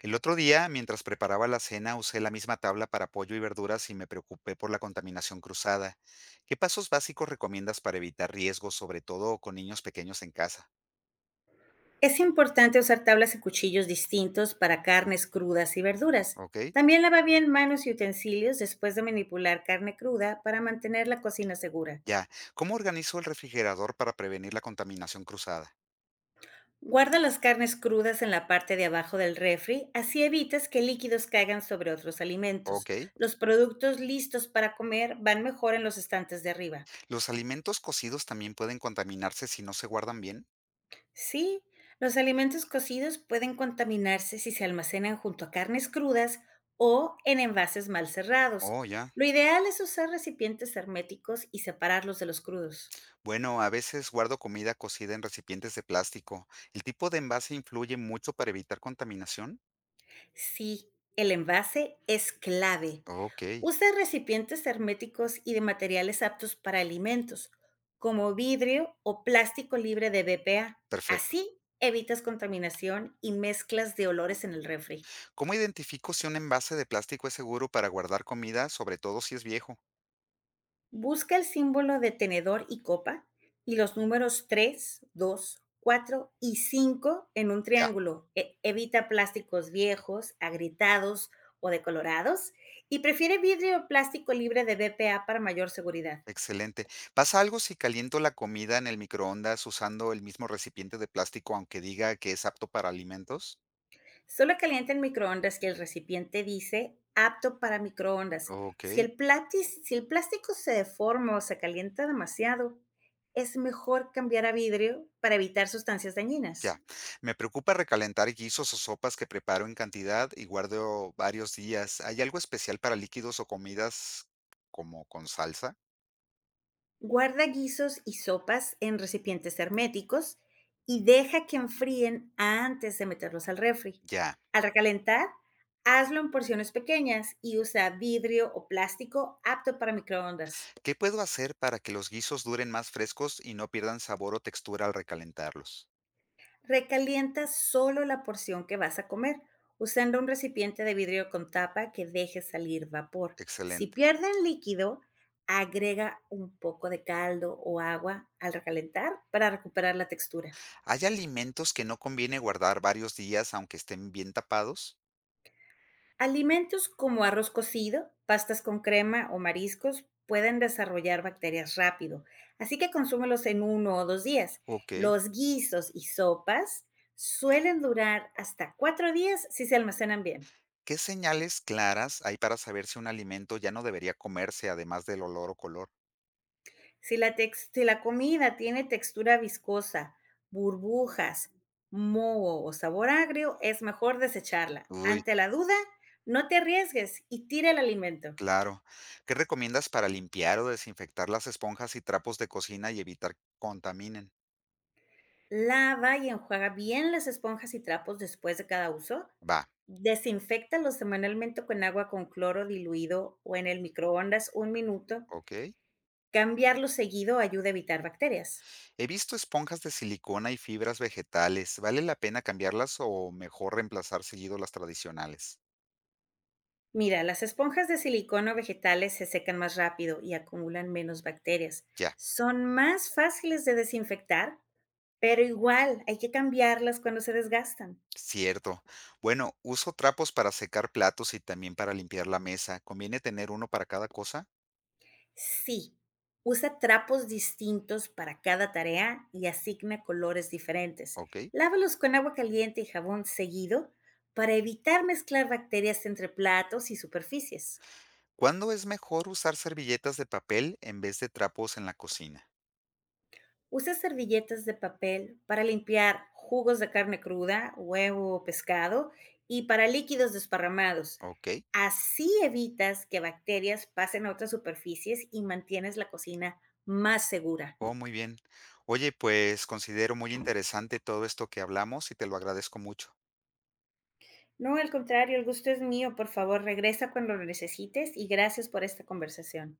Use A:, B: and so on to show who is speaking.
A: El otro día, mientras preparaba la cena, usé la misma tabla para pollo y verduras y me preocupé por la contaminación cruzada. ¿Qué pasos básicos recomiendas para evitar riesgos, sobre todo con niños pequeños en casa?
B: Es importante usar tablas y cuchillos distintos para carnes crudas y verduras.
A: ¿Ok?
B: También lava bien manos y utensilios después de manipular carne cruda para mantener la cocina segura.
A: Ya. ¿Cómo organizo el refrigerador para prevenir la contaminación cruzada?
B: Guarda las carnes crudas en la parte de abajo del refri, así evitas que líquidos caigan sobre otros alimentos.
A: ¿Ok?
B: Los productos listos para comer van mejor en los estantes de arriba.
A: ¿Los alimentos cocidos también pueden contaminarse si no se guardan bien?
B: Sí, los alimentos cocidos pueden contaminarse si se almacenan junto a carnes crudas o en envases mal cerrados.
A: Oh, ya.
B: Lo ideal es usar recipientes herméticos y separarlos de los crudos.
A: Bueno, a veces guardo comida cocida en recipientes de plástico. ¿El tipo de envase influye mucho para evitar contaminación?
B: Sí, el envase es clave.
A: Ok,
B: Usa recipientes herméticos y de materiales aptos para alimentos, como vidrio o plástico libre de BPA.
A: perfecto.
B: Así evitas contaminación y mezclas de olores en el refri.
A: ¿Cómo identifico si un envase de plástico es seguro para guardar comida, sobre todo si es viejo?
B: Busca el símbolo de tenedor y copa y los números 3, 2, 4 y 5 en un
A: Ya,
B: triángulo. Evita plásticos viejos, agrietados o decolorados y prefiere vidrio o plástico libre de BPA para mayor seguridad.
A: excelente. ¿Pasa algo si caliento la comida en el microondas usando el mismo recipiente de plástico, aunque diga que es apto para alimentos?
B: Solo calienta en microondas que el recipiente dice apto para microondas.
A: Ok,
B: Si el plástico se deforma o se calienta demasiado, es mejor cambiar a vidrio para evitar sustancias dañinas.
A: ya. Me preocupa recalentar guisos o sopas que preparo en cantidad y guardo varios días. ¿Hay algo especial para líquidos o comidas como con salsa?
B: Guarda guisos y sopas en recipientes herméticos y deja que enfríen antes de meterlos al refri.
A: Ya.
B: Al recalentar, hazlo en porciones pequeñas y usa vidrio o plástico apto para microondas.
A: ¿Qué puedo hacer para que los guisos duren más frescos y no pierdan sabor o textura al recalentarlos?
B: Recalienta solo la porción que vas a comer, usando un recipiente de vidrio con tapa que deje salir vapor. Si
A: Excelente.
B: pierden líquido, agrega un poco de caldo o agua al recalentar para recuperar la textura.
A: ¿Hay alimentos que no conviene guardar varios días aunque estén bien tapados?
B: Alimentos como arroz cocido, pastas con crema o mariscos pueden desarrollar bacterias rápido, así que consúmelos en 1 o 2 días.
A: Ok.
B: Los guisos y sopas suelen durar hasta 4 días si se almacenan bien.
A: ¿Qué señales claras hay para saber si un alimento ya no debería comerse, además del olor o color?
B: Si la comida tiene textura viscosa, burbujas, moho o sabor agrio, es mejor desecharla.
A: Uy,
B: Ante la duda, no te arriesgues y tira el alimento.
A: claro. ¿Qué recomiendas para limpiar o desinfectar las esponjas y trapos de cocina y evitar que contaminen?
B: Lava y enjuaga bien las esponjas y trapos después de cada uso.
A: Va,
B: Desinféctalos semanalmente con agua con cloro diluido o en el microondas un minuto.
A: ok.
B: Cambiarlos seguido ayuda a evitar bacterias.
A: He visto esponjas de silicona y fibras vegetales. ¿Vale la pena cambiarlas o mejor reemplazar seguido las tradicionales?
B: Mira, las esponjas de silicona o vegetales se secan más rápido y acumulan menos bacterias.
A: Ya.
B: Son más fáciles de desinfectar, pero igual hay que cambiarlas cuando se desgastan.
A: Cierto. Bueno, uso trapos para secar platos y también para limpiar la mesa. ¿Conviene tener uno para cada cosa?
B: Sí, usa trapos distintos para cada tarea y asigna colores diferentes.
A: Ok.
B: Lávalos con agua caliente y jabón seguido para evitar mezclar bacterias entre platos y superficies.
A: ¿Cuándo es mejor usar servilletas de papel en vez de trapos en la cocina?
B: Usa servilletas de papel para limpiar jugos de carne cruda, huevo o pescado y para líquidos desparramados.
A: Ok.
B: Así evitas que bacterias pasen a otras superficies y mantienes la cocina más segura.
A: Oh, muy bien. Oye, pues considero muy interesante todo esto que hablamos y te lo agradezco mucho.
B: No, al contrario, el gusto es mío. Por favor, regresa cuando lo necesites y gracias por esta conversación.